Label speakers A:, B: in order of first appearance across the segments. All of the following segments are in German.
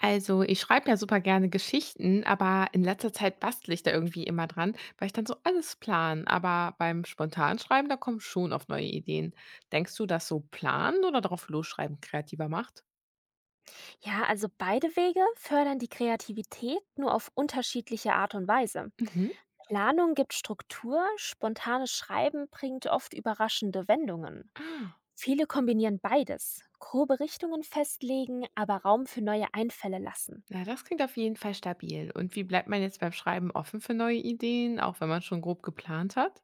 A: Also, ich schreibe ja super gerne Geschichten, aber in letzter Zeit bastle ich da irgendwie immer dran, weil ich dann so alles plan. Aber beim Spontanschreiben, da kommen schon oft neue Ideen. Denkst du, dass so planen oder drauf losschreiben kreativer macht?
B: Ja, also beide Wege fördern die Kreativität nur auf unterschiedliche Art und Weise.
A: Mhm.
B: Planung gibt Struktur, spontanes Schreiben bringt oft überraschende Wendungen.
A: Ah,
B: Viele kombinieren beides, grobe Richtungen festlegen, aber Raum für neue Einfälle lassen.
A: na, das klingt auf jeden Fall stabil. Und wie bleibt man jetzt beim Schreiben offen für neue Ideen, auch wenn man schon grob geplant hat?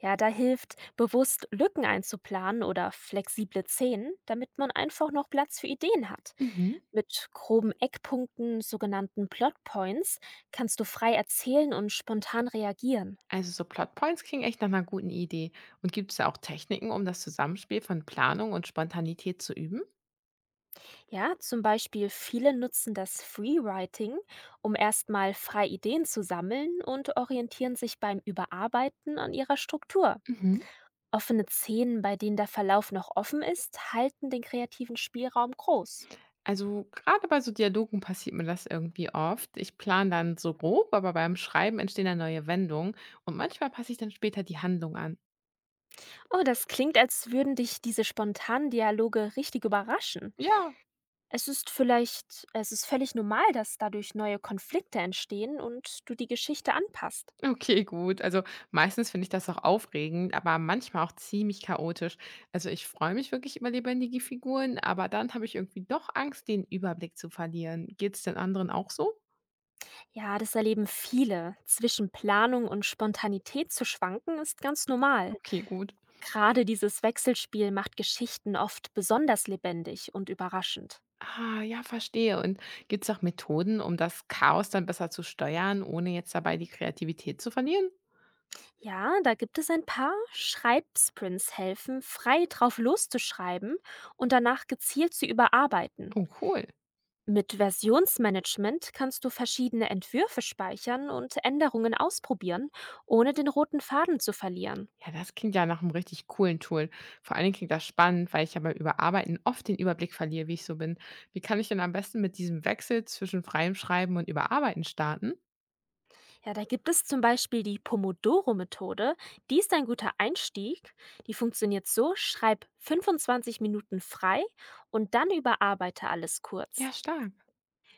B: Ja, da hilft, bewusst Lücken einzuplanen oder flexible Szenen, damit man einfach noch Platz für Ideen hat.
A: Mhm.
B: Mit groben Eckpunkten, sogenannten Plotpoints, kannst du frei erzählen und spontan reagieren.
A: Also so Plotpoints klingen echt nach einer guten Idee. Und gibt es da auch Techniken, um das Zusammenspiel von Planung und Spontanität zu üben?
B: Ja, zum Beispiel viele nutzen das Freewriting, um erstmal frei Ideen zu sammeln und orientieren sich beim Überarbeiten an ihrer Struktur.
A: Mhm.
B: Offene Szenen, bei denen der Verlauf noch offen ist, halten den kreativen Spielraum groß.
A: Also gerade bei so Dialogen passiert mir das irgendwie oft. Ich plane dann so grob, aber beim Schreiben entstehen dann neue Wendungen und manchmal passe ich dann später die Handlung an.
B: Oh, das klingt, als würden dich diese spontanen Dialoge richtig überraschen.
A: Ja,
B: Es ist völlig normal, dass dadurch neue Konflikte entstehen und du die Geschichte anpasst.
A: okay, gut. Also meistens finde ich das auch aufregend, aber manchmal auch ziemlich chaotisch. Also ich freue mich wirklich über lebendige Figuren, aber dann habe ich irgendwie doch Angst, den Überblick zu verlieren. Geht es den anderen auch so?
B: Ja, das erleben viele. Zwischen Planung und Spontanität zu schwanken ist ganz normal.
A: Okay, gut.
B: Gerade dieses Wechselspiel macht Geschichten oft besonders lebendig und überraschend.
A: Ah, ja, verstehe. Und gibt es auch Methoden, um das Chaos dann besser zu steuern, ohne jetzt dabei die Kreativität zu verlieren?
B: Ja, da gibt es ein paar Schreibsprints helfen, frei drauf loszuschreiben und danach gezielt zu überarbeiten.
A: Oh, cool.
B: Mit Versionsmanagement kannst du verschiedene Entwürfe speichern und Änderungen ausprobieren, ohne den roten Faden zu verlieren.
A: Ja, das klingt ja nach einem richtig coolen Tool. Vor allen Dingen klingt das spannend, weil ich ja beim Überarbeiten oft den Überblick verliere, wie ich so bin. Wie kann ich denn am besten mit diesem Wechsel zwischen freiem Schreiben und Überarbeiten starten?
B: Ja, da gibt es zum Beispiel die Pomodoro-Methode. Die ist ein guter Einstieg. Die funktioniert so, schreib 25 Minuten frei und dann überarbeite alles kurz.
A: Ja, stark.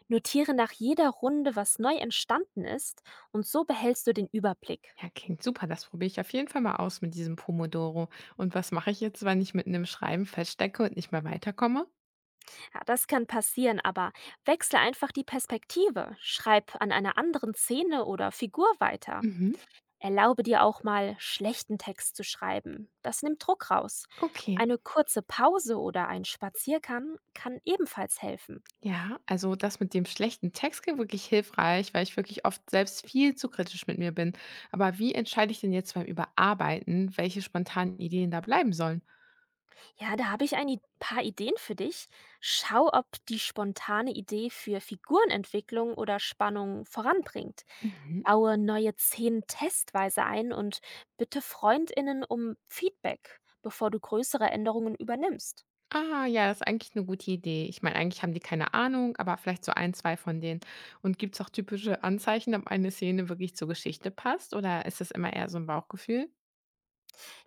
B: Notiere nach jeder Runde, was neu entstanden ist, und so behältst du den Überblick.
A: Ja, klingt super. Das probiere ich auf jeden Fall mal aus mit diesem Pomodoro. Und was mache ich jetzt, wenn ich mitten im Schreiben feststecke und nicht mehr weiterkomme?
B: Ja, das kann passieren, aber wechsle einfach die Perspektive. Schreib an einer anderen Szene oder Figur weiter.
A: Mhm.
B: Erlaube dir auch mal, schlechten Text zu schreiben. Das nimmt Druck raus.
A: Okay.
B: Eine kurze Pause oder ein Spaziergang kann ebenfalls helfen.
A: Ja, also das mit dem schlechten Text ging wirklich hilfreich, weil ich wirklich oft selbst viel zu kritisch mit mir bin. Aber wie entscheide ich denn jetzt beim Überarbeiten, welche spontanen Ideen da bleiben sollen?
B: Ja, da habe ich paar Ideen für dich. Schau, ob die spontane Idee für Figurenentwicklung oder Spannung voranbringt.
A: Mhm.
B: Baue neue Szenen testweise ein und bitte Freundinnen um Feedback, bevor du größere Änderungen übernimmst.
A: Ah, ja, das ist eigentlich eine gute Idee. Ich meine, eigentlich haben die keine Ahnung, aber vielleicht so ein, zwei von denen. Und gibt es auch typische Anzeichen, ob eine Szene wirklich zur Geschichte passt oder ist das immer eher so ein Bauchgefühl?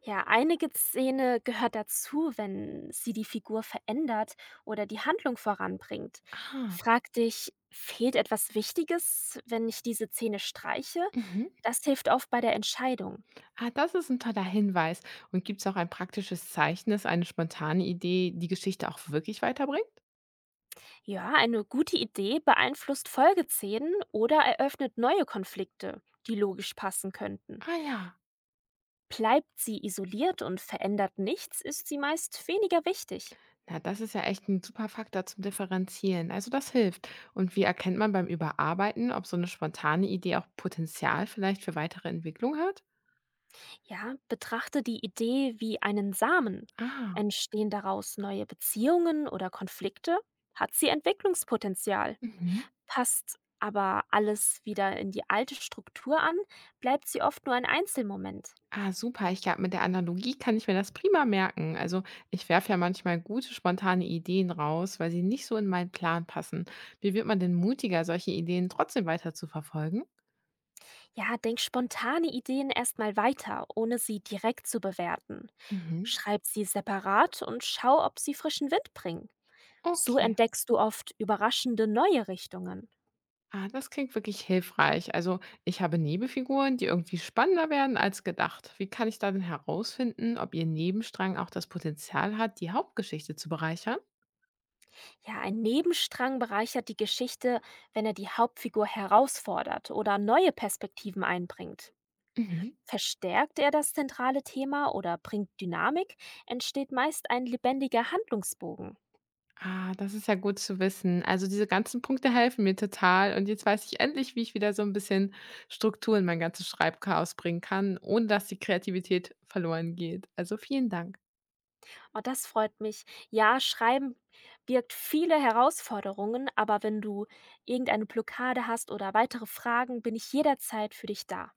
B: Ja, einige Szene gehört dazu, wenn sie die Figur verändert oder die Handlung voranbringt.
A: Ah,
B: Frag dich, fehlt etwas Wichtiges, wenn ich diese Szene streiche?
A: mhm.
B: Das hilft oft bei der Entscheidung.
A: Ah, das ist ein toller Hinweis. Und gibt es auch ein praktisches Zeichen, dass eine spontane Idee die Geschichte auch wirklich weiterbringt?
B: Ja, eine gute Idee beeinflusst Folgeszenen oder eröffnet neue Konflikte, die logisch passen könnten.
A: Ah ja.
B: Bleibt sie isoliert und verändert nichts, ist sie meist weniger wichtig.
A: Na, das ist ja echt ein super Faktor zum Differenzieren. Also, das hilft. Und wie erkennt man beim Überarbeiten, ob so eine spontane Idee auch Potenzial vielleicht für weitere Entwicklung hat?
B: Ja, betrachte die Idee wie einen Samen.
A: Ah,
B: Entstehen daraus neue Beziehungen oder Konflikte? Hat sie Entwicklungspotenzial?
A: mhm.
B: Passt aber alles wieder in die alte Struktur an, bleibt sie oft nur ein Einzelmoment.
A: Ah, super. Ich glaube, mit der Analogie kann ich mir das prima merken. Also, ich werfe ja manchmal gute, spontane Ideen raus, weil sie nicht so in meinen Plan passen. Wie wird man denn mutiger, solche Ideen trotzdem weiter zu verfolgen?
B: Ja, denk spontane Ideen erstmal weiter, ohne sie direkt zu bewerten.
A: Mhm.
B: Schreib sie separat und schau, ob sie frischen Wind bringen. So
A: Okay.
B: entdeckst du oft überraschende neue Richtungen.
A: Ah, das klingt wirklich hilfreich. Also, ich habe Nebenfiguren, die irgendwie spannender werden als gedacht. Wie kann ich da denn herausfinden, ob ihr Nebenstrang auch das Potenzial hat, die Hauptgeschichte zu bereichern?
B: Ja, ein Nebenstrang bereichert die Geschichte, wenn er die Hauptfigur herausfordert oder neue Perspektiven einbringt.
A: Mhm.
B: Verstärkt er das zentrale Thema oder bringt Dynamik, entsteht meist ein lebendiger Handlungsbogen.
A: Ah, das ist ja gut zu wissen. Also diese ganzen Punkte helfen mir total. Und jetzt weiß ich endlich, wie ich wieder so ein bisschen Struktur in mein ganzes Schreibchaos bringen kann, ohne dass die Kreativität verloren geht. Also vielen Dank.
B: Und das freut mich. Ja, Schreiben birgt viele Herausforderungen, aber wenn du irgendeine Blockade hast oder weitere Fragen, bin ich jederzeit für dich da.